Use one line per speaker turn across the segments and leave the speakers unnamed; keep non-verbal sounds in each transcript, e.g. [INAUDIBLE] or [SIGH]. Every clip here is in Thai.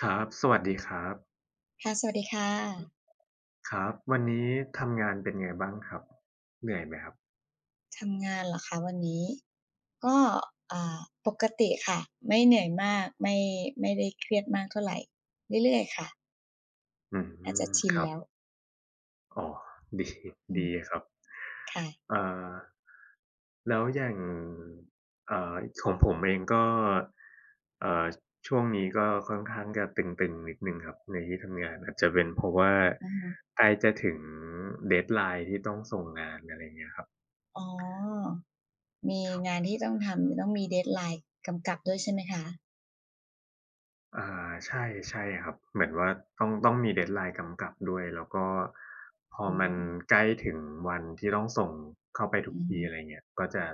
ครับ สวัสดีครับ
ค่ะสวัสดีค่ะ
ครับ วันนี้ทำงานเป็นไงบ้างครับเหนื่อยไหมครับ
ทำงานเหรอคะวันนี้ก็อ่าปกติค่ะไม่เหนื่อยมากไม่ได้เครียดมากเท่าไรเรื่อยๆค่ะ
อื
น่าจะ
ม
ชิ
ค
น
รับ
แล้ว
อ๋อ [LAUGHS] ดี
อืม
ดีครับ
ค่ะ
เอ่อแล้วอย่างเอ่อของผมเองก็เอ่อช่วงนี้ก็ค่อนข้างจะตึงๆนิดหนึ่งครับในที่ทำงานอาจจะเป็นเพราะว่า
อือฮึ
ใกล้จะถึง deadline ที่ต้องส่งงานอะไรอย่างเงี้ยครับ
อ๋อมี
ครั
งาน
บ
ที่ต้องทำจะต้องมี deadline กำกับด้วยใช่ไหมคะ
อาใช่ใช่ครับเหมือนว่าต้องมี deadline กำกับด้วยแล้วก็พอ
อื
มัน
ม
ใกล้ถึงวันที่ต้องส่งเข้าไปทุก
อือ
ที
ฮึ
อะไรเงี้ยก็จะ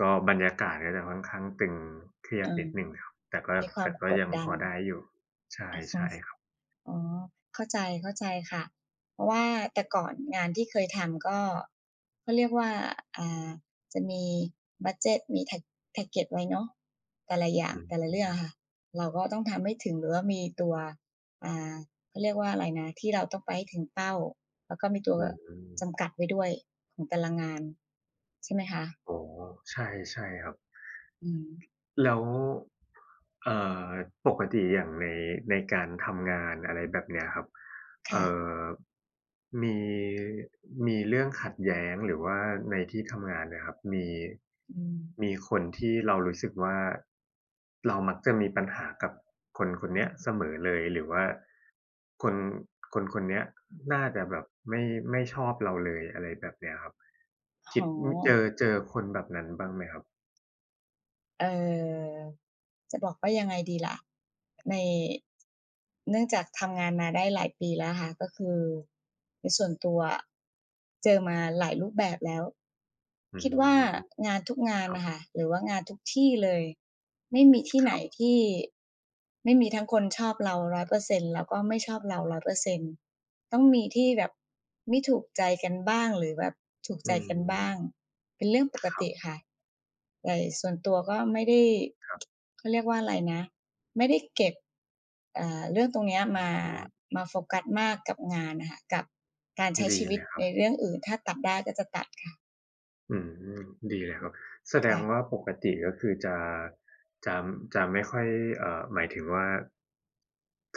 ก็บรรยากาศก็จะค่อนข้างตึงเครีย
เอ
ดนิด
อ
หนึ่งครับแต่ก็
มีความ
แต่ก็
กด
ยัง
ดั
พ
น
อได้อยู่ใช่
อะฮะ
ใช่ครับ
อ๋อ เข้าใจ เข้าใจค่ะ เพราะว่าแต่ก่อนงานที่เคยทำก็เขาเรียกว่าอ่าจะมีบัดเจตมี tag target ไว้เนาะแต่ละอย่า
อื
งแต่
ม
ละเรื่องอะค่ะเราก็ต้องทำให้ถึงหรือว่ามีตัวอ่าเขาเรียกว่าอะไรนะที่เราต้องไปให้ถึงเป้า แล้วก็มีตัว
อืม
จำกัดไว้ด้วยของแต่ละงานใช่ไหมคะ
อ๋อใช่ใช่ครับ
อืม
แล้วเอ่อปกติอย่างในการทำงานอะไรแบบเนี้ยครับ
ค่ะ
เอ่อมีมีเรื่องขัดแย้งหรือว่าในที่ทำงานเนี่ยครับมี
อืม
มีคนที่เรารู้สึกว่าเรามักจะมีปัญหากับคนคน
อื
เนี้ย
ม
เสมอเลยหรือว่าคนคนคนเนี้ยน่าจะแบบไม่ไม่ชอบเราเลยอะไรแบบเนี้ยครับคิด
อ๋อ
อือเจอคนแบบนั้นบ้างไหมครับ
เอ่อจะบอกว่ายังไงดีล่ะในเนื่องจากทำงานมาได้หลายปีแล้วค่ะก็คือในส่วนตัวอะเจอมาหลายรูปแบบแล้ว
อื
คิดว่า
ม
งานทุกงาน
ครับ
น่ะค่ะหรือว่างานทุกที่เลยไม่มีที่ไหนที่ไม่มีทั้งคนชอบเรา100%แล้วก็ไม่ชอบเรา100%ต้องมีที่แบบไม่ถูกใจกันบ้างหรือแบบถูก
อื
ใจกันบ้าง
ม
เป็นเรื่องปก
ครั
ติ
บ
ค่ะ แต่ส่วนตัวก็ไม่ได้ [TSK] เขาเรียกว่าอะไรนะไม่ได้เก็บเรื่องตรงเนี้ย
ผ
มา
มว่า
มาโฟกัสมากกับงานนะคะกับการใช้
ดี
ชี
เล
วิต
ยครับ
ในเรื่องอื่นถ้าตัดได้ก็จะตัดค่ะ
อืมดีเลยครับแสดง
ค่ะ
ว่าปกติก็คือจะจะจะไม่ค่อยหมายถึงว่า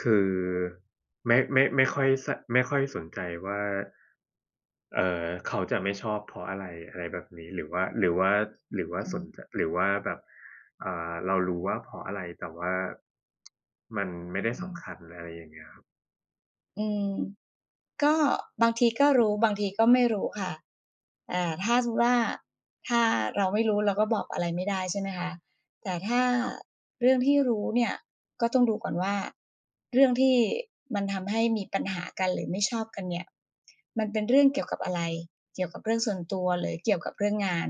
คือไม่ค่อยสไม่ค่อยสนใจว่าเขาจะไม่ชอบเพราะอะไรอะไรแบบนี้หรือว่าหรือว่า
อื
ส
ม
นจหรือว่าแบบเรารู้ว่าเพราะอะไรแต่ว่ามันไม่ได้
อื
สำคัญ
ม
อะไรอย่างเงี้ยครับ
อืม ก็บางทีก็รู้บางทีก็ไม่รู้ค่ะถ้าสมมุติว่าถ้าเราไม่รู้เราก็บอกอะไรไม่ได้ใช่ไหมคะแต่ถ้า
ครับ
เรื่องที่รู้เนี่ยก็ต้องดูก่อนว่าเรื่องที่มันทำให้มีปัญหากันหรือไม่ชอบกันเนี่ยมันเป็นเรื่องเกี่ยวกับอะไรเกี่ยวกับเรื่องส่วนตัวหรือเกี่ยวกับเรื่องงาน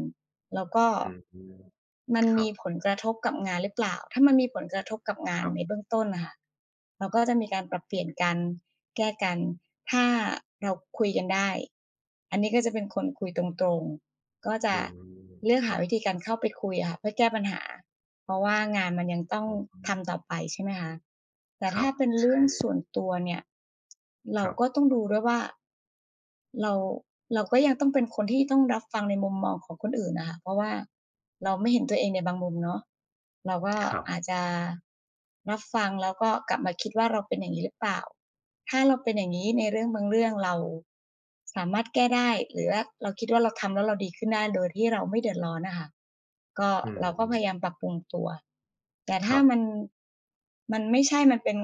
แล้วก็
อืม
มัน
ครั
มี
บ
ผลกระทบกับงานหรือเปล่า ถ้ามันมีผลกระทบกับ
ค
งาน
รั
ใน
บ
เบื้องต้นน่ะค่ะเราก็จะมีการปรับเปลี่ยนกันแก้กัน ถ้าเราคุยกันได้ อันนี้ก็จะเป็นคนคุยตรงๆ ก็จะ
อืม
เลือก
ครั
หา
บ
วิธีการเข้าไปคุยอะค่ะเพื่อแก้ปัญหา เพราะว่างานมันยังต้อง
อ๋อ
ทำต่อไปใช่ไหมคะแต่
ครั
ถ้า
บ
เป็น
ใช่
เรื่องส่วนตัวเนี่ย
ค
เรา
รับ
ก็ต้องดูด้วยว่าเราเราก็ยังต้องเป็นคนที่ต้องรับฟังในมุมมองของคนอื่นน่ะค่ะเพราะว่าเราไม่เห็นตัวเองในบางมุมเนาะเราก็
ครั
อาจ
บ
จะรับฟังแล้วก็กลับมาคิดว่าเราเป็นอย่างงี้หรือเปล่าถ้าเราเป็นอย่างงี้ในเรื่องบางเรื่องเรา สามารถแก้ได้หรือว่าเราคิดว่าเราทำแล้วเราดีขึ้นได้โดยที่เราไม่เดือดร้อนน่ะค่ะก็
อืม
เราก็พยายามปรับปรุงตัวแต่
ค
ถ้า
รับ
มันมันไม่ใช่มันเป็น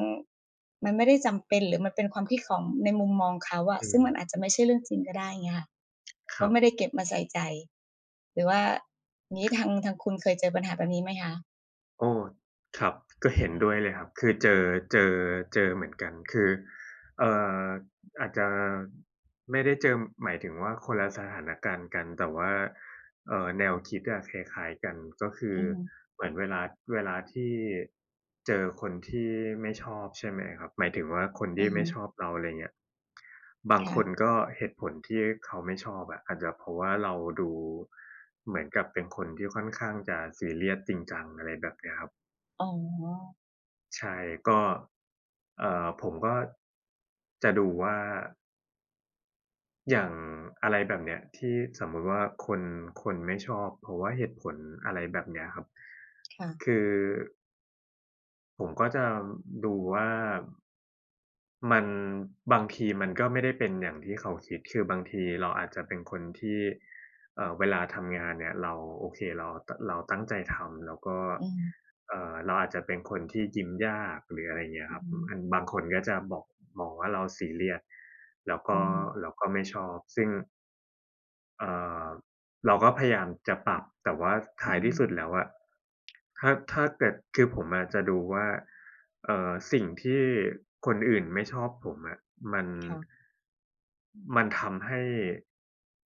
มันไม่ได้จำเป็นหรือมันเป็นความคิดของในมุมมองเขาอะ
อื
ซึ่ง
ม
มันอาจจะไม่ใช่เรื่องจริงก็ได้เงี้ยค่ะ
ค
ก็
รับ
ไม่ได้เก็บมาใส่ใจหรือว่างี้ทางคุณเคยเจอปัญหาแบบนี้ไหมคะ
โอ้ครับก็เห็นด้วยเลยครับคือเจอเจอเจอเหมือนกันคือเอ่ออาจจะไม่ได้เจอหมายถึงว่าคนละสถานการณ์กันแต่ว่า เอ่อแนวคิดอะคล้ายๆกันก็คือ
อือฮึ
เหมือนเวลาที่เจอคนที่ไม่ชอบใช่ไหมครับหมายถึงว่าคน
อื
ที่
อฮึ
ไม่ชอบเราอะไรเงี้ยบางคน
ค่ะ
ก็เหตุผลที่เขาไม่ชอบอะอาจจะเพราะว่าเราดูเหมือนกับเป็นคนที่ค่อนข้างจะซีเรียสจริงจังอะไรแบบเนี้ยครับ
อ๋อ
ใช่ก็ผมก็จะดูว่า อย่างอะไรแบบเนี้ยที่สมมุติว่าคนคนไม่ชอบเพราะว่าเหตุผลอะไรแบบเนี้ยครับ
ค่ะ
คือผมก็จะดูว่า มันบางทีมันก็ไม่ได้เป็นอย่างที่เขาคิดคือบางทีเราอาจจะเป็นคนที่เวลาทำงานเนี่ยเราโอเคเราตเราตั้งใจทำแล้วก็
อืม
เราอาจจะเป็นคนที่ยิ้มยากหรืออะไรอย่างเงี้ย
อื
ค
อ
รับ
ฮึ
อันบางคนก็จะบอกมองว่าเราซีเรียสแล้วก็
อือฮึ
แล้วก็ไม่ชอบซึ่งเอ่อ เราก็พยายามจะปรับแต่ว่า
อื
ท้า
อ
ยที่
ฮึ
สุดแล้วอะถ้าเกิดคือผมอะจะดูว่าสิ่งที่คนอื่นไม่ชอบผมอะมัน
ค่ะ
มันทำให้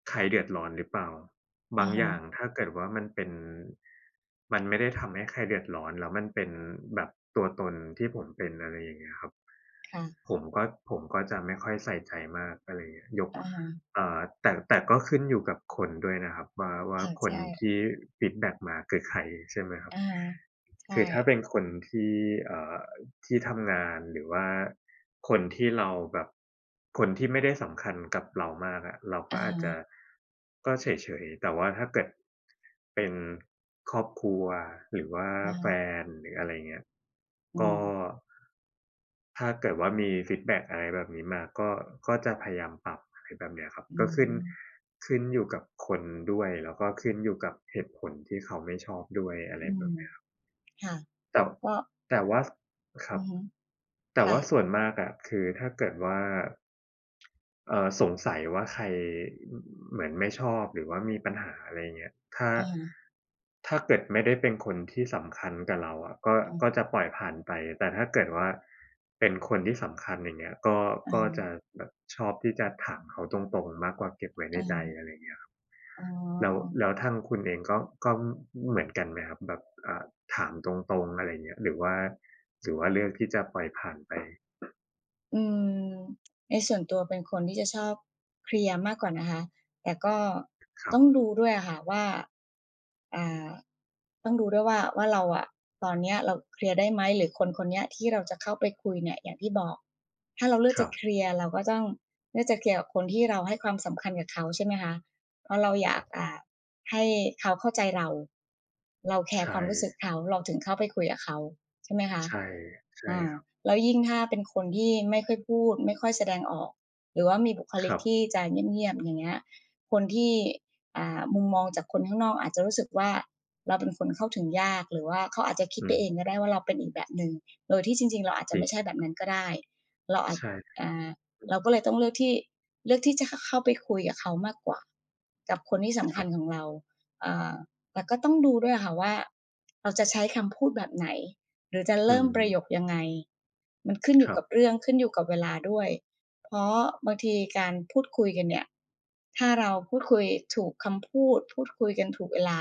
ใครเดือดร้อนหรือเปล่าบา
อะ
งอย่าง
ฮะ
ถ้าเกิดว่ามันเป็นมันไม่ได้ทำให้ใครเดือดร้อนแล้วมันเป็นแบบตัวตนที่ผมเป็นอะไรอย่างเงี้ยครับ
ค่ะ
ผมก็ผมก็จะไม่ค่อยใส่ใจมากอะไรอย่างเงี้ยยก
อะฮะ
อ่าแต่แต่ก็ขึ้นอยู่กับคนด้วยนะครับว่า
เอ
ว่า
อ
คน
ใช่
ที่ฟีดแบ็กมาคือใครใช่ไหมครับ
อะฮะใช่
คือถ้าเป็นคนที่เอ่อที่ทำงานหรือว่าคนที่เราแบบคนที่ไม่ได้สำคัญกับเรามากอะเราก็
อะ
อาจ
ฮะ
จะก็เฉยๆแต่ว่าถ้าเกิดเป็นครอบครัวหรือว่า
อะ
แฟ
ฮะ
นหรืออะไรเงี้ย
อื
ก็
ม
ถ้าเกิดว่ามีฟีดแบ็กอะไรแบบนี้มาก็ก็จะพยายามปรับอะไรแบบเนี้ยครับ
อื
ก็ขึ้น
ม
ขึ้นอยู่กับคนด้วยแล้วก็ขึ้นอยู่กับเหตุผลที่เขาไม่ชอบด้วยอะไร
อื
แบ
ม
บเนี้ย
ค่ะ
แต่
ก็
แต่ว่าครั
อื
บ
อฮึ
แต่
ค่ะ
ว่าส่วนมากอะคือถ้าเกิดว่าสงสัยว่าใครอเหมือนไม่ชอบหรือว่ามีปัญหาอะไรเงี้ยถ้า
อะฮะ
เกิดไม่ได้เป็นคนที่สำคัญกับเราอะก็
อะ
ก็จะปล่อยผ่านไปแต่ถ้าเกิดว่าเป็นคนที่สำคัญอย่างเงี้ยก็
อะอ
ก็
ฮะ
จะแบบชอบที่จะถามเขาตรงๆมากกว่าเก็บไว้ใน
อะ
ใจ
ฮะ
อะไรเงี้ยครับ
อ๋อ
แล้วทางคุณเองก็ก็เหมือนกันไหมครับแบบถามตรงๆอะไรอย่างเงี้ยหรือว่าเลือกที่จะปล่อยผ่านไป
อืมในส่วนตัวเป็นคนที่จะชอบเคลียร์มากกว่านะคะแต่ก็
ครับ
ต้องดูด้วยอะค่ะว่าอ่าต้องดูด้วยว่าเราอะตอนเนี้ยเราเคลียร์ได้ไหมหรือคนคนเนี้ยที่เราจะเข้าไปคุยเนี่ยอย่างที่บอกถ้าเราเลือ
ค
ก
รั
จะ
บ
เคลียร์เราก็ต้องเลือกจะเคลียร์กับคนที่เราให้ความสำคัญกับเขาใช่ไหมคะเพราะเราอ
ค
ยา
รั
ก
บ
ให้เขาเข้าใจเราเราแคร์ค
ใช่
วามรู้สึกเขาเราถึงเข้าไปคุยกับเขาใช่ไหมคะ
ใช่ใช่
อา
ครับ
แล้วยิ่งถ้าเป็นคนที่ไม่ค่อยพูดไม่ค่อยแสดงออกหรือว่ามีบุค
ค
ลิก
รั
ที่
บ
จะเงียบๆอย่างเงี้ยคนที่มุมมองจากคนข้างนอกอาจจะรู้สึกว่าเราเป็นคนเข้าถึงยากหรือว่าเขาอาจจะคิด
อื
ไป
ม
เองก็ได้ว่าเราเป็นอีกแบบหนึ่งโดยที่จริงๆเราอาจ
จ
จะ
ริง
ไม่ใช่แบบนั้นก็ได้เราอาจ
ใช่
อ่าเราก็เลยต้องเลือกที่เลือกที่จะขเข้าไปคุยกับเขามากกว่ากับคนที่
ค
สำ
รั
คัญข
บ
องเราอ่าแต่ก็ต้องดูด้วยอะค่ะว่าเราจะใช้คำพูดแบบไหน หรือจะ
อื
เริ่ม
ม
ประโยคยังไงมันขึ้นอ
ค
ยู่
รับ
กับเรื่องขึ้นอยู่กับเวลาด้วยเพราะบางทีการพูดคุยกันเนี่ยถ้าเราพูดคุยถูกคำพูดพูดคุยกันถูกเวลา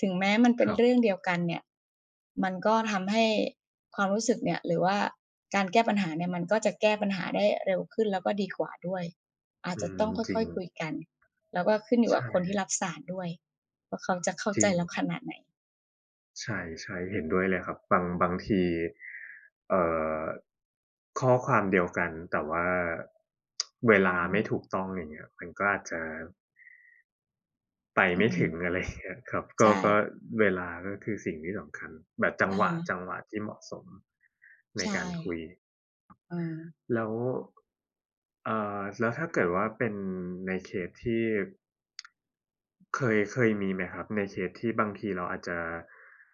ถึงแม้มันเป็
ค
น
รั
เรื่อ
บ
งเดียวกันเนี่ยมันก็ทำให้ความรู้สึกเนี่ยหรือว่าการแก้ปัญหาเนี่ยมันก็จะแก้ปัญหาได้เร็วขึ้นแล้วก็ดีกว่าด้วยอาจ
อื
จะต้
ม
อง
จริ
ค่
ง
อยๆคุยกันแล้วก็ขึ้นอยู่กับคน
ใช่
ที่รับสารด้วยว่าเขาจะเข้า
จ
ใจ
ริง
เราขนาดไหน
ใช่ๆเห็นด้วยเลยครับบางบางทีเอ่อข้อความเดียวกันแต่ว่าเวลา
อื
ไม่
ม
ถูกต้องอย่างเงี้ยมันก็อาจจะ ไป
อือ
ไม่
ฮึ
ถึงอะไรอย่างเงี้ยครับก็
ใช่
ก็เวลาก็คือสิ่งที่สำคัญแบบจัง
อะ
หวะ
ฮะ
จังหวะที่เหมาะสมใน
ใช่
การคุย
เออ
แล้วแล้วถ้าเกิดว่าเป็นในเคสที่เคยมีไหมครับในเคสที่บางทีเราอาจจะ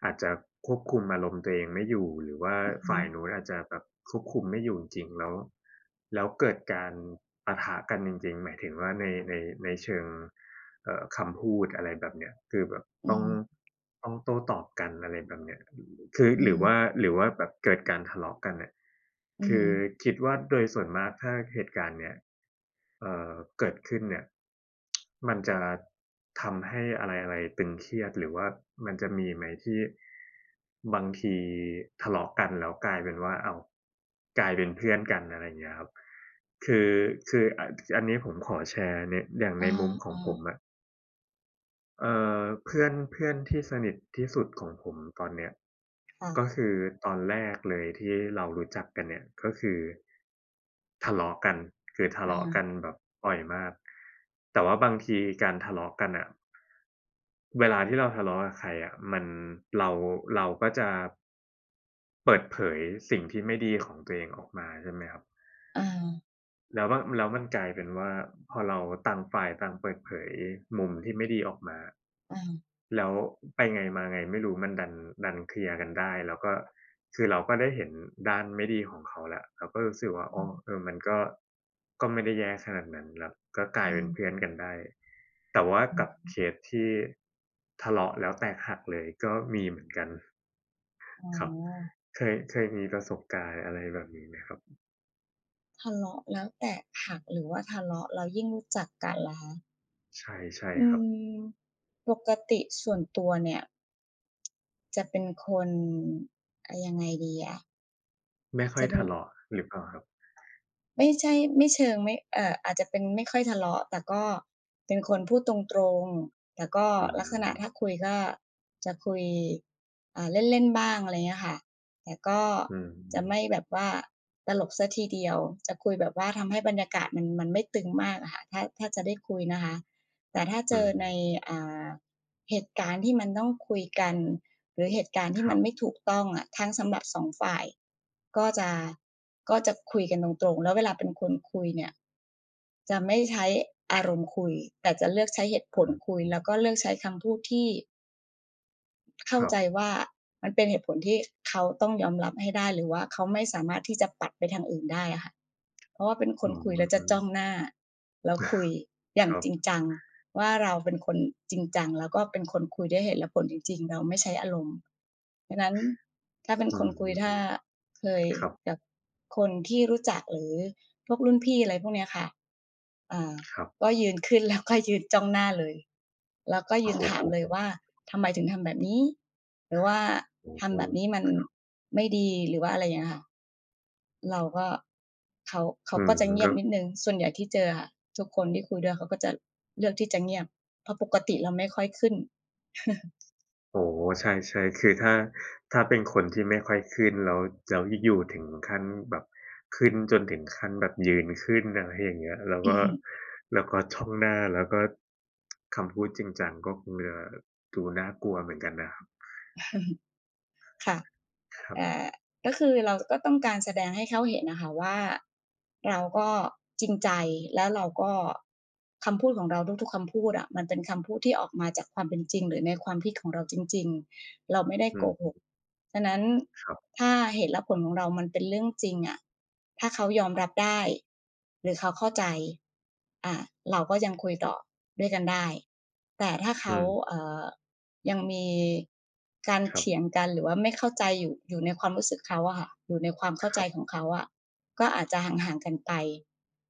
อาจจะควบคุมอารมณ์ตัวเองไม่อยู่หรือว่า
อือฮึ
ฝ่ายนู้นอาจจะแบบควบคุมไม่อยู่จริงๆแล้วแล้วเกิดการปะทะกันจริงๆหมายถึงว่าในในเชิงคำพูดอะไรแบบเนี้ยคือแบบ
อื
ต้อง
ม
ต้องโต้ตอบกันอะไรแบบเนี้ย คือ
อื
หรือ
ม
ว่าหรือว่าแบบเกิดการทะเลาะกันเนี่ย
อื
คื
ม
อคิดว่าโดยส่วนมากถ้าเหตุการณ์เนี้ยเอ่อเกิดขึ้นเนี่ยมันจะทำให้อะไรๆตึงเครียดหรือว่ามันจะมีไหมที่บางทีทะเลาะกันแล้วกลายเป็นว่าอ้าวกลายเป็นเพื่อนกันอะไรอย่างเงี้ยครับคือคืออันนี้ผมขอแชร์ในอย่างใน
อ
มุมของผ
า
มอะ เอ่เพื่อนเพื่อนที่สนิทที่สุดของผมตอนเนี้ย
ๆค่ะ
ก็คือตอนแรกเลยที่เรารู้จักกันเนี่ยก็คือทะเลาะกันคือทะ
อา
เลาะกันแบบบ่อยมากแต่ว่าบางทีการทะเลาะกันน่ะเวลาที่เราทะเลาะกับใครอะมันเราเราก็จะเปิดเผยสิ่งที่ไม่ดีของตัวเองออกมาใช่ไหมครับ
อา
แล้วมันกลายเป็นว่าพอเราต่างฝ่ายต่างเปิดเผยมุมที่ไม่ดีออกมา
อา
แล้วไปไงมาไงไม่รู้มันดันเคลียร์กันได้แล้วก็คือเราก็ได้เห็นด้านไม่ดีของเขาแล้วเราก็รู้สึกว่า
อื
อ้อ
ม
เออมันก็ไม่ได้แย่ขนาดนั้นแล้วก็กลา
อื
ยเป็นเพื่อ
ม
นกันได้แต่ว่า
อื
กั
อ
บ
ฮึ
เคสที่ทะเลาะแล้วแตกหักเลยก็มีเหมือนกัน
อ๋อ
ครับเคยมีประสบการณ์อะไรแบบนี้ไหมครับ
ทะเลาะแล้วแตกหักหรือว่าทะเลาะแล้วยิ่งรู้จักกันล่ะคะ
ใช่ใช่
อื
ครับ
ม ปกติส่วนตัวเนี่ยจะเป็นคนยังไงดีอะ
ไม่ค่อ
จะ
ย
เป็น
ทะเลาะหรือเปล่าครับ
ไม่ใช่ไม่เชิงไม่อาจจะเป็นไม่ค่อยทะเลาะแต่ก็เป็นคนพูดตรงๆแต่ก็
อื
ลักษณะถ้า
ม
คุยก็จะคุยเล่นๆบ้างอะไรเงี้ยค่ะแต่ก็
อื
จะไม่
ม
แบบว่าตลกเสียทีเดียวจะคุยแบบว่าทำให้บรรยากาศมันมันไม่ตึงมากอะค่ะถ้าถ้าจะได้คุยนะคะแต่ถ้าเจ
อื
อ
ม
ในอ่าเหตุการณ์ที่มันต้องคุยกัน หรือเหตุการณ์
ค
ที่
รั
มัน
บ
ไม่ถูกต้องอ่ะทั้งสำหรับสองฝ่ายก็จะก็จะคุยกันตรงๆแล้วเวลาเป็นคนคุยเนี่ยจะไม่ใช้อารมณ์คุยแต่จะเลือกใช้เหตุผ
อื
ล
ม
คุยแล้วก็เลือกใช้คำพูดที่
ค
เข้า
รับ
ใจว่ามันเป็นเหตุผลที่เขาต้องยอมรับให้ได้หรือว่าเขาไม่สามารถที่จะปัดไปทางอื่นได้อะค่ะเพราะว่าเป็นค
อื
นคุยแล้วจะจ้องห
ม
น้าแล้วคุยอ
ค
ย่าง
รั
จริง
บ
จังว่าเราเป็นคนจริงจังแล้วก็เป็นคนคุยด้วยเหตุและผลจริงๆเราไม่ใช้อารมณ์ดังนั้นถ้าเป็น
อื
คนคุยถ้า
ม
เคย
ครับ
กับคนที่รู้จักหรือพวกรุ่นพี่อะไรพวกเนี้ยค่ะอ่า
ครับ
ก็ยืนขึ้น [LAUGHS] แล้วก็ยืนจ้องหน้าเลยแล้วก็ยืน
โอ้โฮ
ถามเลยว่าทำไมถึงทำแบบนี้หรือว่า
โอ้โฮ
ทำแบบนี้มันไม่ดีหรือว่าอะไรอย่างเงี้ยค่ะเราก็เขาเขา
อืม
ก็จะเงี
ก็
ยบนิดหนึ่งส่วนใหญ่ที่เจออะทุกคนที่คุยด้วยเขาก็จะเลือกที่จะเงียบเพราะปกติเราไม่ค่อยขึ้น [LAUGHS]
โอ้โฮใช่ๆคือถ้าเป็นคนที่ไม่ค่อยขึ้นแล้วแล้วอยู่ๆถึงขั้นแบบขึ้นจนถึงขั้นแบบยืนขึ้นอะไรอย่างเงี้ยแล้ว
อื
ก็
อฮึ
แล้วก็จ้องหน้าแล้วก็คำพูดจริงจังก็คงจะดูน่ากลัวเหมือนกันนะครับ
ค่ะ
ครับ
อ่าก็คือเราก็ต้องการแสดงให้เขาเห็นน่ะค่ะว่าเราก็จริงใจแล้วเราก็คำพูดของเราทุกๆคำพูดอะมันเป็นคำพูดที่ออกมาจากความเป็นจริงหรือในความคิดของเราจริงๆเราไม่ได้
อื
โกห
ม
กฉะนั้น
ครับ
ถ้าเหตุและผลของเรามันเป็นเรื่องจริงอะถ้าเขายอมรับได้หรือเขาเข้าใจอ่าเราก็ยังคุยต่อด้วยกันได้แต่ถ้า
อื
เขา
ม
เอ่อ ยังมีการ
ครั
เถีย
บ
งกันหรือว่าไม่เข้าใจอยู่อยู่ในความรู้สึกเขาอะค่ะอยู่ในความเข้า
ค
ใจ
รั
ข
บ
องเขาอะก็อาจจะห่างๆกันไป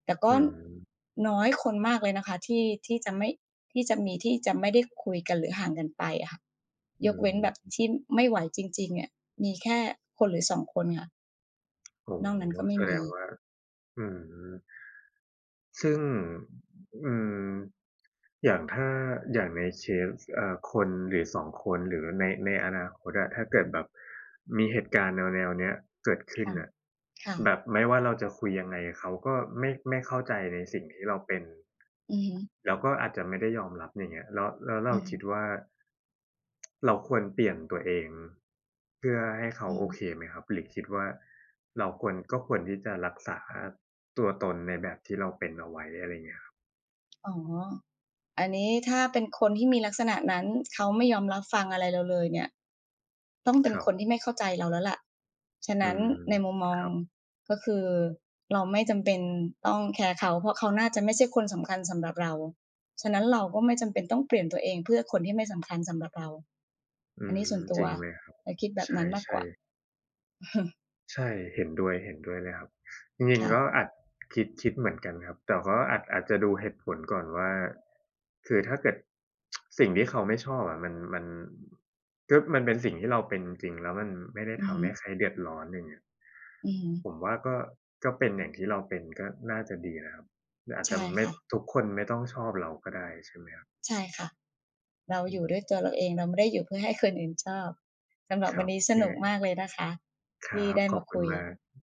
แต่ก็
อืม
น้อยคนมากเลยนะคะที่ที่จะไม่ที่จะมีที่จะไม่ได้คุยกันหรือห่างกันไปอะค่ะ
อื
ยกเว้นแบบ
ม
ที่ไม่ไหวจริงๆเนี่ยมีแค่คนหรือ2คนค่ะ
โอ้
นอกนั้น
โฮ
ก็ไม่
แสด
มี
งว่าอืม ซึ่งอืมอย่างถ้าอย่างในเคสคนหรือ2คนหรือในอนาคตอะถ้าเกิดแบบมีเหตุการณ์แนวๆเนี้ยเกิดขึ้น
ค่ะ
น่ะ
ค่ะ
แบบไม่ว่าเราจะคุยยังไงเขาก็ไม่เข้าใจในสิ่งที่เราเป็น
อือฮึ
แล้วก็อาจจะไม่ได้ยอมรับอย่างเงี้ยแล้วแล้วเรา
อือฮึ
คิดว่าเราควรเปลี่ยนตัวเองเพื่อให้เขา
อือ
โอ
ฮึ
เคไหมครับหรือคิดว่าเราควรก็ควรที่จะรักษาตัวตนในแบบที่เราเป็นเอาไว้อะไรเงี้ยครับ
อ๋ออันนี้ถ้าเป็นคนที่มีลักษณะนั้นเขาไม่ยอมรับฟังอะไรเราเลยเนี่ย ต้องเป็
ค
น
รั
คน
บ
ที่ไม่เข้าใจเราแล้วล่ะฉะ
อื
นั้น
ม
ในมุมมอ
ค
ง
รับ
ก็คือเราไม่จำเป็นต้องแคร์เขาเพราะเขาน่าจะไม่ใช่คนสำคัญสำหรับเรา ฉะนั้นเราก็ไม่จำเป็นต้องเปลี่ยนตัวเองเพื่อคนที่ไม่สำคัญสำหรับเรา
อื
อันนี้ส่ว
ม
น
จ
ตัว
ริงเลยครับ
เราคิดแบบ
ใช่
นั้นมากก
ใช่
ว่า
ใช่เห็นด้วยเห็นด้วยเลยครับจริง
ค่ะ
ๆก็อาจคิดเหมือนกันครับแต่ก็อาจจะดูเหตุผลก่อนว่าคือถ้าเกิดสิ่งที่เขาไม่ชอบอะมันก็มันเป็นสิ่งที่เราเป็นจริงๆแล้วมันไม่ได้
อือ
ทำ
ฮึ
ให้ใครเดือดร้อนอย่างเงี้ย
อือฮึ
ผมว่าก็เป็นอย่างที่เราเป็นก็น่าจะดีนะครับอาจจะ
ใช่
ไม่
ค่ะ
ทุกคนไม่ต้องชอบเราก็ได้ใช่ไหมครับ
ใช่ค่ะเรา
อื
อยู่
ม
ด้วยตัวเราเองเราไม่ได้อยู่เพื่อให้คนอื่นชอบ สำหรั
ค
บวั
รั
น
บ
นี้ส
ยัง
นุ
ไง
กมากเลยนะคะ
ครั
ที่
บ
ได้
ขอบ
มา
คุณ
คุย
มาก